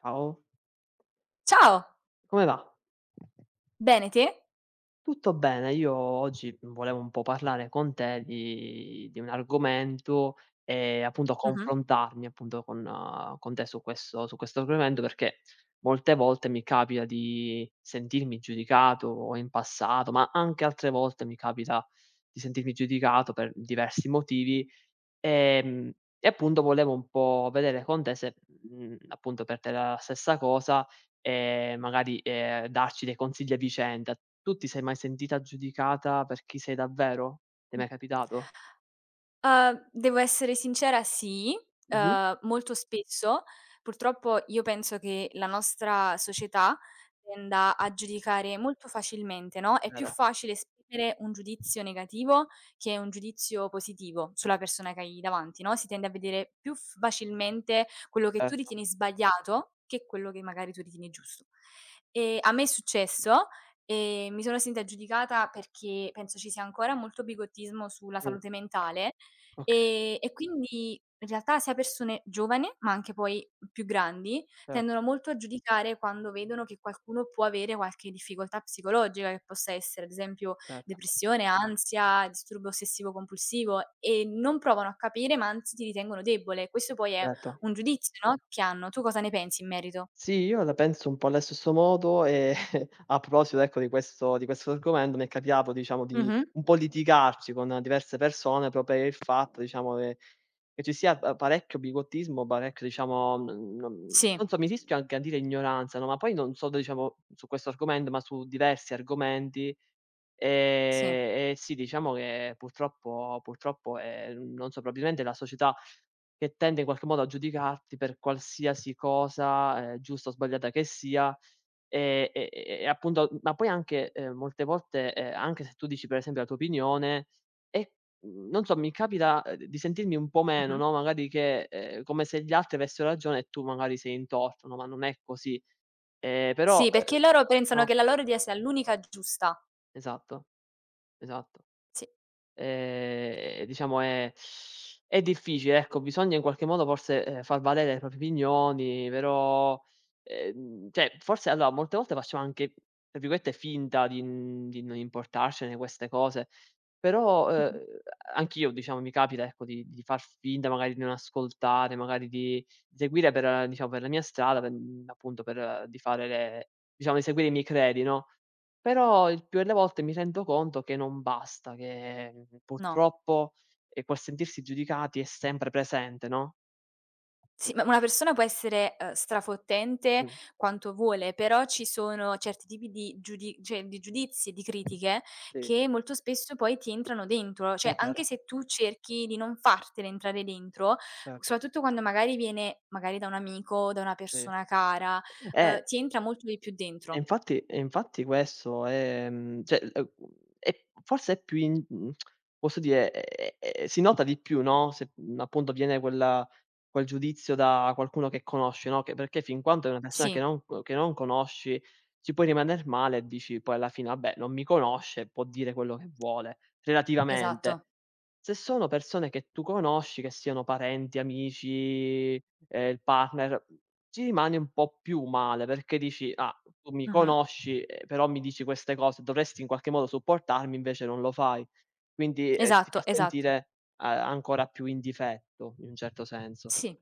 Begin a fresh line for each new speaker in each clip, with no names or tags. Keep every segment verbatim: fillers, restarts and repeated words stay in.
Ciao,
Ciao,
come va?
bene te?
Tutto bene, io oggi volevo un po' parlare con te di di un argomento e appunto
Mh-mh.
confrontarmi appunto con eh, con te su questo su questo argomento, perché molte volte mi capita di sentirmi giudicato o in passato, ma anche altre volte mi capita di sentirmi giudicato per diversi motivi. Ehm, e appunto volevo un po' vedere con te se, mhmm, appunto per te la stessa cosa, e magari, ehm, darci dei consigli a vicenda. Tu ti sei mai sentita giudicata per chi sei davvero? Ti è
Mh.
mai capitato?
Uhm, devo essere sincera, sì,
Mh-mh.
uhm, molto spesso. Purtroppo io penso che la nostra società tenda a giudicare molto facilmente, no, è più
Vero,
facile esprimere un giudizio negativo che un giudizio positivo sulla persona che hai davanti, no, si tende a vedere più f facilmente quello che tu
certo.
ritieni sbagliato, che quello che magari tu ritieni giusto. Ehm, a me è successo e mi sono sentita giudicata perché penso ci sia ancora molto bigottismo sulla
Mh,
salute mentale.
okay,
Ehm, e quindi in realtà sia persone giovani, ma anche poi più grandi, tendono
certo,
molto a giudicare quando vedono che qualcuno può avere qualche difficoltà psicologica, che possa essere ad esempio
certo,
depressione, ansia, disturbo ossessivo compulsivo e non provano a capire, ma anzi ti ritengono debole. Questo poi è
certo.
un giudizio, no, che hanno. Tu cosa ne pensi in merito?
Sì, io la penso un po' allo stesso modo e a proposito ecco di questo di questo argomento, mi è capitato diciamo di
Mh-mh.
un po' litigarci con diverse persone proprio per il fatto diciamo che che ci sia pa parecchio bigottismo, parecchio diciamo n non
Sì,
non so, mi rischio anche a dire ignoranza, no, ma poi non solo diciamo su questo argomento, ma su diversi argomenti.
sì,
Ehm, e sì, diciamo che purtroppo purtroppo, ehm, non so, probabilmente la società che tende in qualche modo a giudicarti per qualsiasi cosa, ehm, giusta o sbagliata che sia, e e e e appunto, ma poi anche, ehm, molte volte, ehm, anche se tu dici per esempio la tua opinione e, mhmm, non so, mi capita, ehm, di sentirmi un po' meno,
mh-mh.
no, magari che ehm, come se gli altri avessero ragione e tu magari sei in torto, no, ma non è così. Ehm, però,
Sì,
ehm
perché loro pensano
no,
che la loro idea sia l'unica giusta.
esatto, esatto.
Sì.
Ehm, diciamo è è difficile, ecco, bisogna in qualche modo forse, ehm, far valere le proprie opinioni, però, ehm, cioè forse allora molte volte facciamo anche, tra virgolette, "finta" di n di non importarcene queste cose, però,
Mh-mh.
ehm, anch'io diciamo mi capita ecco di di far finta magari di non ascoltare, magari di seguire per eh, diciamo per la mia strada, per mhmm, appunto per eh, di fare le diciamo di seguire i miei credi, no? Però il più delle volte mi rendo conto che non basta, che, mhmm,
No.
purtroppo, ehm, quel sentirsi giudicati è sempre presente, no,
Sì, ma una persona può essere, uhm, strafottente
mh.
quanto vuole, però ci sono certi tipi di giudi cioè di giudizi e di critiche
Sì,
che molto spesso poi ti entrano dentro.
è
Cioè,
vero,
anche se tu cerchi di non fartene entrare dentro,
certo,
soprattutto quando magari viene magari da un amico, da una
sì.
persona cara,
Eh
uhm, ti entra molto di più
E
dentro.
infatti e infatti questo è mhmm, cioè, ehm, è forse è più in mhmm, posso dire, ehm, ehm, si nota di più, no, se, mhmm, appunto viene quella quel giudizio da qualcuno che conosci, no, che perché fin quanto è una persona
Sì,
che non che non conosci, ci puoi rimaner male e dici poi alla fine: "Vabbè, non mi conosce, può dire quello che vuole", relativamente.
esatto.
Se sono persone che tu conosci, che siano parenti, amici, ehm, il partner ci rimane un po' più male perché dici: "Ah, tu mi
Mh-mh.
conosci, ehm, però mi dici queste cose, dovresti in qualche modo supportarmi, invece non lo fai." Quindi, ehm, ti fa
Esatto, esatto.
sentire a ancora più in difetto, in un certo senso.
Sì.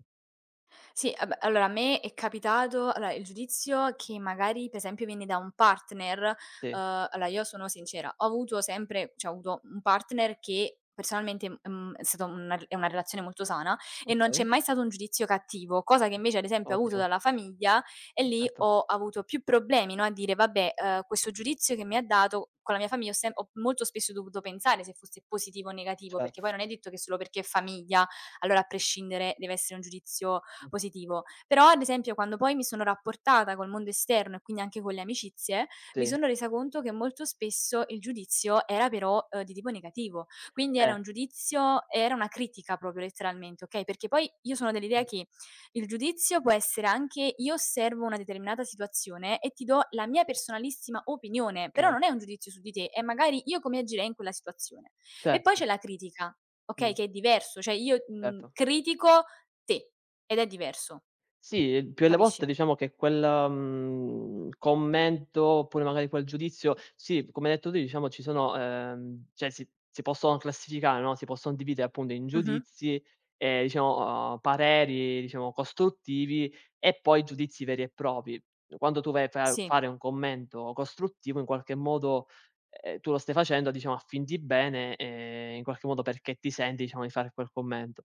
Sì, vabbè, allora a me è capitato allora il giudizio che magari per esempio viene da un partner,
Sì,
uhm, allora io sono sincera, ho avuto sempre cioè ho avuto un partner che personalmente, mhmm, è stato una è una relazione molto sana e non c'è
okay.
mai stato un giudizio cattivo, cosa che
Mh.
invece ad esempio ho avuto
Ottimo,
dalla famiglia. E lì
certo,
ho avuto più problemi, no, a dire: "Vabbè, uhm, questo giudizio che mi ha dato", con la mia famiglia ho sem ho molto spesso dovuto pensare se fosse positivo o negativo,
cer
perché poi non è detto che solo perché è famiglia, allora a prescindere deve essere un giudizio
mh,
positivo. Però ad esempio quando poi mi sono rapportata col mondo esterno e quindi anche con le amicizie, mi
sì,
sono resa conto che molto spesso il giudizio era però, uhm, di tipo negativo. Quindi era
eh,
un giudizio era una critica proprio letteralmente, okay, perché poi io sono dell'idea
mh,
che il giudizio può essere anche: io osservo una determinata situazione e ti do la mia personalissima opinione, però
okay,
non è un giudizio su di te, è magari io come agirei in quella situazione. E poi c'è
certo,
la critica,
mh,
okay, che è diverso, cioè io, mhmm,
certo.
critico, sì, ed è diverso,
Sì, il più delle volte
capisci?
diciamo che quel, mhmm, commento, oppure magari quel giudizio sì, come hai detto tu diciamo ci sono, ehm, cioè si si possono classificare, no, si possono dividere appunto in
Mh-mh.
giudizi e diciamo, uhm, pareri diciamo costruttivi e poi giudizi veri e propri. Quando tu vai a fa
Sì.
fare un commento costruttivo in qualche modo, ehm, tu lo stai facendo diciamo a fin di bene, ehm, in qualche modo perché ti senti diciamo di fare quel commento.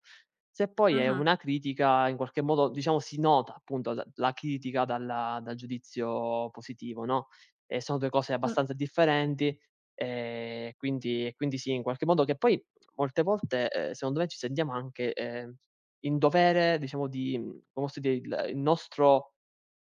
Se poi è
Mh-mh.
una critica, in qualche modo, diciamo, si nota appunto la la critica dalla dal giudizio positivo, no, ehm, sono due cose
Mh.
abbastanza differenti, ehm, quindi e quindi sì, in qualche modo che poi molte volte, ehm, secondo me ci sentiamo anche, ehm, in dovere, diciamo, di mhmm, come posso dire, il il nostro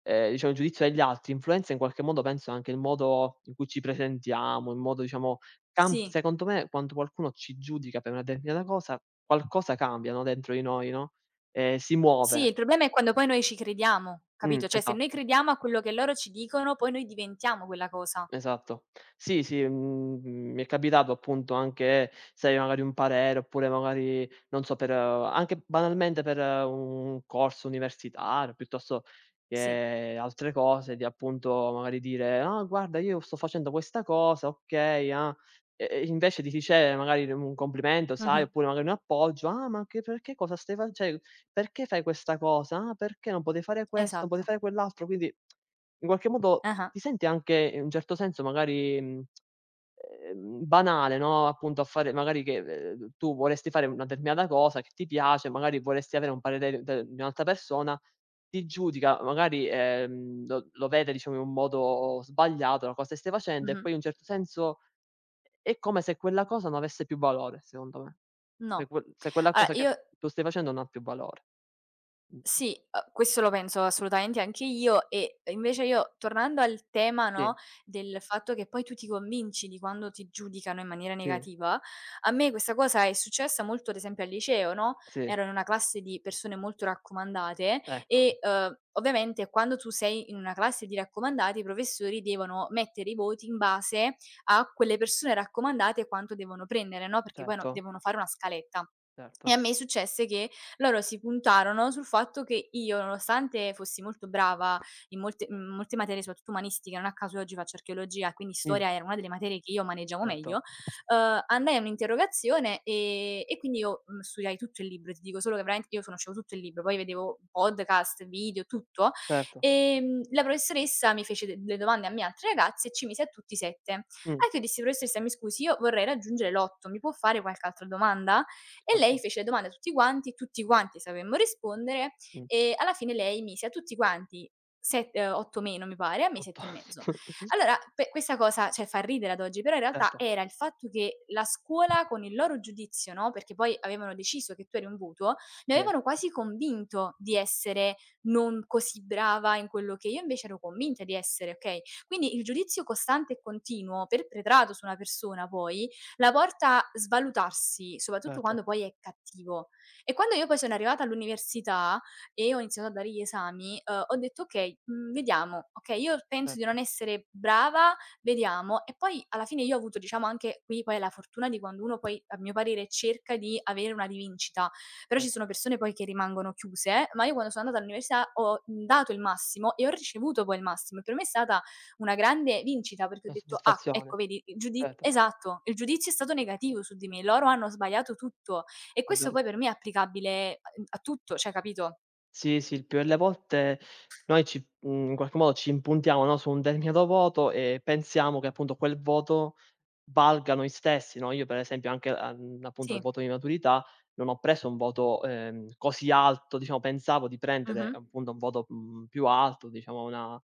ehm, diciamo il giudizio degli altri influenza in qualche modo penso anche il modo in cui ci presentiamo, il modo diciamo cam
Sì.
secondo me quando qualcuno ci giudica per una determinata cosa, qualcosa cambia, no, dentro di noi, no, ehm, si
Sì,
muove.
il problema è quando poi noi ci crediamo,
Mh,
capito? Cioè, se noi
esatto.
crediamo a quello che loro ci dicono, poi noi diventiamo quella cosa.
Esatto. Sì, sì, mhmm, mhmm, mi è capitato appunto anche, sai, magari un parere oppure magari, non so, per anche banalmente per un corso universitario, piuttosto
Sì.
che altre cose, di appunto magari dire: "Ah guarda io sto facendo questa cosa, okay, ah", e e invece di ricevere magari un complimento, sai,
Mh-mh.
oppure magari un appoggio: "Ah ma anche perché cosa stai fac cioè perché fai questa cosa? Ah perché non potevi fare questo, non potevi
Esatto.
fare quell'altro?" Quindi in qualche modo t
Ah-ah.
ti senti anche in un certo senso magari, mhmm, ehm, banale, no, appunto a fare magari che, ehm, tu vorresti fare una determinata cosa che ti piace, magari vorresti avere un parere de di un'altra persona, ti giudica, magari, ehm, lo lo vede diciamo in un modo sbagliato la cosa che stai facendo e
Mh-mh.
poi in un certo senso è come se quella cosa non avesse più valore, secondo me. Se
No.
quel se quella
Allora
cosa che
io
tu stai facendo non ha più valore. Mh.
Sì, uhm, questo lo penso assolutamente anche io e invece io tornando al tema, no,
Sì,
del fatto che poi tu ti convinci di quando ti giudicano in maniera
sì,
negativa, a me questa cosa è successa molto ad esempio al liceo, no,
sì.
ero in una classe di persone molto raccomandate
Ecco,
e, uhm, ovviamente quando tu sei in una classe di raccomandati, i professori devono mettere i voti in base a quelle persone raccomandate e quanto devono prendere, no, perché poi, no,
certo,
devono fare una scaletta. E
certo.
a me successe che loro si puntarono sul fatto che io, nonostante fossi molto brava in molte mhmm, molte materie, soprattutto umanistiche, non a caso io oggi faccio archeologia, quindi
Mh.
storia era una delle materie che io maneggiavo
Certo,
meglio, uhm, andai a un'interrogazione, ehm, e quindi io, mhmm, studiai tutto il libro, ti dico solo che veramente io conoscevo tutto il libro, poi vedevo podcast, video, tutto.
certo.
Ehm, la professoressa mi fece de delle domande a me e altre ragazze e ci mise a tutti sette. A
Mh,
cui io dissi: "Professoressa, mi scusi, io vorrei raggiungere l'otto, mi può fare qualche altra domanda?" E lei
certo.
fece le domande a tutti quanti, tutti quanti sapemmo rispondere
Mh.
e alla fine lei mise a tutti quanti set ehm, otto meno mi pare, a me
otto.
sette e mezzo. Allora pe questa cosa, cioè, fa ridere ad oggi, però in realtà
Certo,
era il fatto che la scuola con il loro giudizio, no, perché poi avevano deciso che tu eri un voto, mi
sì,
avevano quasi convinto di essere non così brava in quello che io invece ero convinta di essere, okay. Quindi il giudizio costante e continuo perpetrato su una persona poi la porta a svalutarsi, soprattutto
certo,
quando poi è cattivo. E quando io poi sono arrivata all'università e ho iniziato a dare gli esami, uhm, ho detto: "Okay, mhmm, vediamo. Okay, io penso di
certo,
non essere brava, vediamo". E poi alla fine io ho avuto diciamo anche qui poi la fortuna di quando uno poi, a mio parere, cerca di avere una rivincita, però ci sono
certo.
persone poi che rimangono chiuse, ma io quando sono andata all'università ho dato il massimo e ho ricevuto poi il massimo e per me è stata una grande vincita, perché ho
La
detto: "Ah,
soddisfazione,
ecco vedi, il giudi",
certo,
esatto, il giudizio è stato negativo su di me, loro hanno sbagliato tutto. E
è
questo
vero.
poi per me è applicabile a uhm, a tutto, cioè, capito?
Sì, sì, il più delle volte noi ci mhmm, in qualche modo ci impuntiamo, no, su un determinato voto e pensiamo che appunto quel voto valga noi stessi, no, io per esempio anche a mhmm, appunto al
Sì.
voto di maturità non ho preso un voto, ehm, così alto, diciamo pensavo di prendere
Mh-mh.
appunto un voto, mhmm, più alto, diciamo una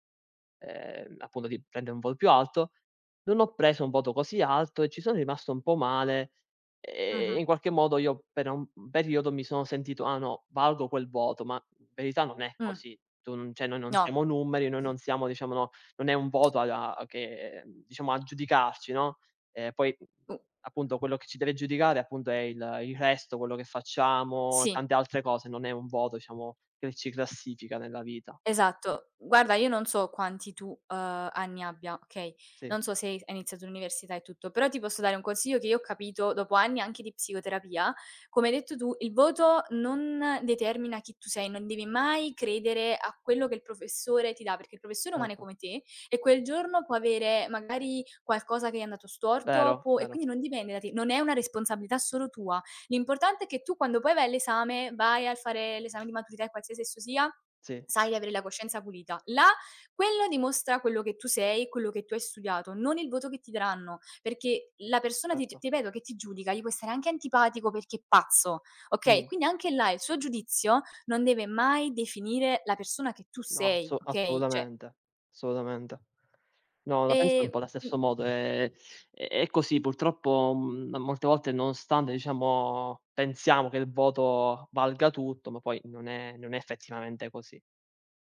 ehm, appunto di prendere un voto più alto, non ho preso un voto così alto e ci sono rimasto un po' male, e
Mh-mh.
in qualche modo io per un periodo mi sono sentito: "Ah no, valgo quel voto", ma in verità non è
Mh.
così. Tu non cioè noi non
No.
siamo numeri, noi non siamo diciamo no, non è un voto a a che eh, diciamo a giudicarci, no, ehm, poi,
U
appunto quello che ci deve giudicare appunto è il il resto, quello che facciamo,
Sì.
tante altre cose, non è un voto diciamo che ci classifica nella vita.
Esatto. Guarda, io non so quanti tu, uhm, anni abbia, okay,
Sì,
non so se hai iniziato l'università e tutto, però ti posso dare un consiglio che io ho capito dopo anni anche di psicoterapia. Come hai detto tu, il voto non determina chi tu sei, non devi mai credere a quello che il professore ti dà, perché il professore è umano
certo.
come te e quel giorno può avere magari qualcosa che è andato storto,
Vero,
può e
vero.
quindi non dipende da te, non è una responsabilità solo tua. L'importante è che tu quando poi vai all'esame, vai a fare l'esame di maturità, e qualsiasi esso sia,
Sì,
sai di avere la coscienza pulita. Là, quello dimostra quello che tu sei, quello che tu hai studiato, non il voto che ti daranno, perché la persona, ti ti
certo.
ripeto, che ti giudica, gli può stare anche antipatico perché è pazzo, okay,
Mh.
quindi anche là il suo giudizio non deve mai definire la persona che tu
No,
sei,
asso
okay, cioè,
assolutamente, assolutamente. No, la penso un
ehm,
po' allo
mhmm,
stesso modo, ehm, è è così purtroppo, mhmm, molte volte nonostante diciamo pensiamo che il voto valga tutto, ma poi non è non è effettivamente così.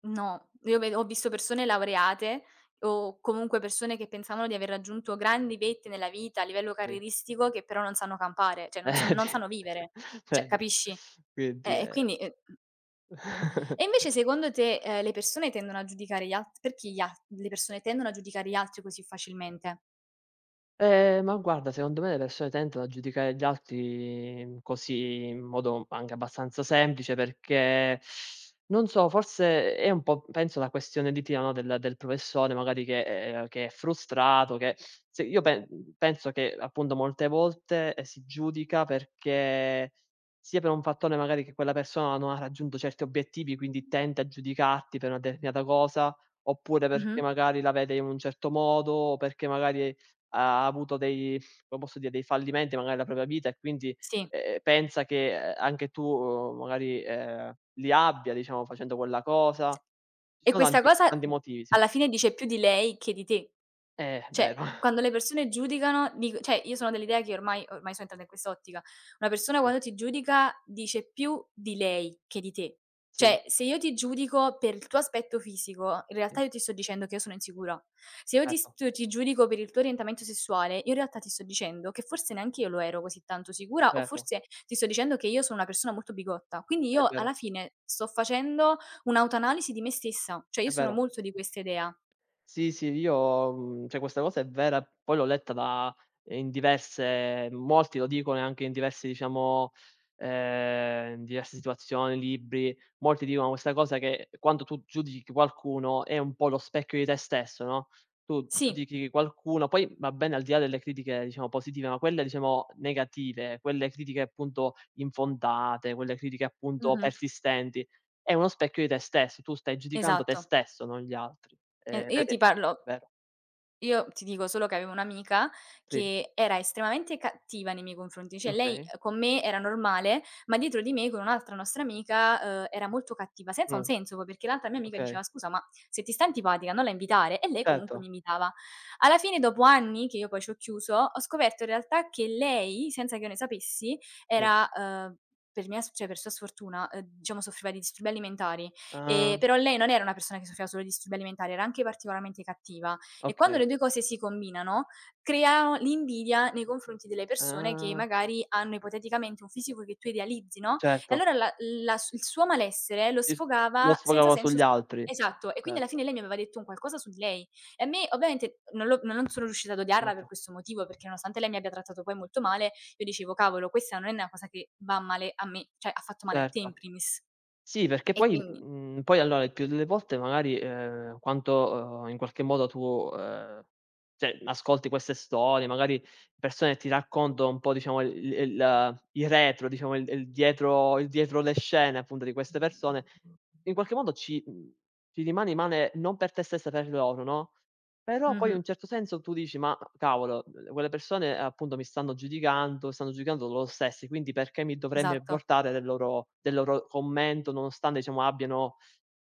no. Io ve ho visto persone laureate o comunque persone che pensavano di aver raggiunto grandi vette nella vita a livello
Sì.
carrieristico, che però non sanno campare, cioè non son non
Vedi?
sanno vivere. Cioè,
Vedi?
capisci?
Quindi
Eh, e
è
quindi e mh, e invece secondo te, ehm, le persone tendono a giudicare gli alt perché gli al le persone tendono a giudicare gli altri così facilmente?
Ehm, ma guarda, secondo me le persone tendono a giudicare gli altri così, in modo anche abbastanza semplice, perché non so, forse è un po' penso la questione etica, no, del del professore magari che ehm, che è frustrato, che se io pe penso che appunto molte volte, ehm, si giudica perché sia per un fattore magari che quella persona non ha raggiunto certi obiettivi, quindi tende a giudicarti per una determinata cosa, oppure perché
Mh-mh.
magari la vede in un certo modo, o perché magari ha avuto dei come posso dire, dei fallimenti magari nella propria vita e quindi,
Sì.
ehm, pensa che, ehm, anche tu, uhm, magari, ehm, li abbia, diciamo, facendo quella cosa. Ci
E
sono
questa
tanti
cosa,
tanti
mhmm,
motivi secondo
alla
me.
fine dice più di lei che di te.
Eh, è
Cioè,
vero.
quando le persone giudicano dic cioè, io sono dell'idea che, ormai ormai sono entrata in quest'ottica, una persona
Sì,
quando ti giudica dice più di lei che di te.
sì,
Cioè, se io ti giudico per il tuo aspetto fisico, in
sì,
realtà io ti sto dicendo che io sono insicura. Se io ti
certo,
st ti giudico per il tuo orientamento sessuale, io in realtà ti sto dicendo che forse neanche io lo ero così tanto sicura, o
certo.
forse ti sto dicendo che io sono una persona molto bigotta. Quindi
È
io
vero,
alla fine sto facendo un'autoanalisi di me stessa, cioè io
è
sono
vero.
molto di questa idea.
Sì, sì, io mhmm, cioè questa cosa è vera, poi l'ho letta da eh, in diverse molti lo dicono e anche in diversi diciamo ehm, in diverse situazioni, libri, molti dicono questa cosa che quando tu giudichi qualcuno è un po' lo specchio di te stesso, no, tu
Sì,
giudichi qualcuno poi va bene al di là delle critiche diciamo positive, ma quelle diciamo negative, quelle critiche appunto infondate, quelle critiche appunto
mh-mh,
persistenti, è uno specchio di te stesso, tu stai giudicando te
esatto.
stesso, non gli altri.
Eh,
Ehm,
io ti
perché
parlo
vero,
io ti dico solo che avevo un'amica
sì,
che era estremamente cattiva nei miei confronti, cioè lei
okay,
eh, con me era normale, ma dietro di me con un'altra nostra amica, uhm, era molto cattiva, senza un
mh,
senso poi, perché l'altra mia amica
okay,
diceva: "Scusa, ma se ti sta antipatica non la invitare." E lei comunque mi
certo,
invitava. Alla fine, dopo anni che io poi ci ho chiuso, ho scoperto in realtà che lei, senza che io ne sapessi,
sì.
era, uhm, per mia s cioè per sua sfortuna, uhm, diciamo soffriva di disturbi alimentari,
Ah,
ehm, però lei non era una persona che soffriva solo di disturbi alimentari, era anche particolarmente cattiva. E quando
okay,
le due cose si combinano, creano l'invidia nei confronti delle persone che
ah,
magari hanno ipoteticamente un fisico che tu idealizzi, no, e
certo,
allora la la s il suo malessere lo
il lo
sfogava senza
sfogavo
senso,
sugli
su
altri,
esatto, e quindi alla
certo,
fine lei mi aveva detto un qualcosa su di lei. E a me ovviamente non l'ho non sono riuscita ad odiarla per
certo,
questo motivo, perché nonostante lei mi abbia trattato poi molto male, io dicevo: "Cavolo, questa non è una cosa che va male a me, cioè ha fatto male a te in
certo.
primis".
Sì, perché
E
poi
quindi
mhmm, poi allora il più delle volte magari, ehm, quanto, uhm, in qualche modo tu, ehm, cioè ascolti queste storie, magari persone ti raccontano un po' diciamo il il il retro, diciamo il il dietro il dietro le scene appunto di queste persone, in qualche modo ci mhmm, ci rimane male non per te stessa, per loro, no? Però poi in
Mh-mh,
un certo senso tu dici: "Ma cavolo, uhm, quelle persone, appunto, mi stanno giudicando, stanno giudicando loro stessi, quindi perché mi dovrei
esatto.
portare del loro del loro commento, nonostante, diciamo, abbiano,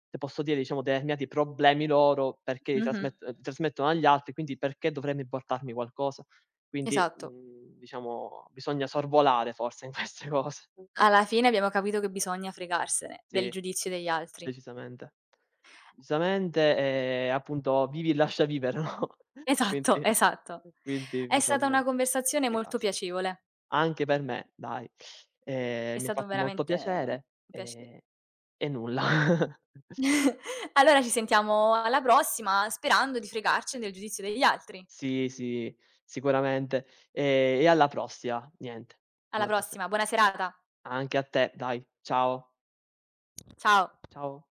se posso dire, diciamo, determinati problemi loro, perché li
Mh-mh,
trasmet uhm, li trasmettono agli altri, quindi perché dovrei portarmi qualcosa?" Quindi,
esatto.
mhmm, diciamo, bisogna sorvolare forse in queste cose.
Alla fine abbiamo capito che bisogna fregarsene del
Sì,
giudizio degli altri.
decisamente. Decisamente, ehm, appunto vivi e lascia vivere, no,
Esatto,
quindi
esatto.
quindi
È stata
bisogna
una conversazione molto
dedicarsi.
piacevole.
Anche per me, dai.
È
Ehm, mi ha
stato
fatto molto
veramente un
piacere,
piacere.
ehm, e nulla.
Allora ci sentiamo alla prossima, sperando di fregarcene del giudizio degli altri.
Sì, sì, sicuramente. Ehm, e alla prossima, niente,
Alla
alla prossima.
prossima, buona serata.
Anche a te, dai. Ciao,
Ciao.
ciao.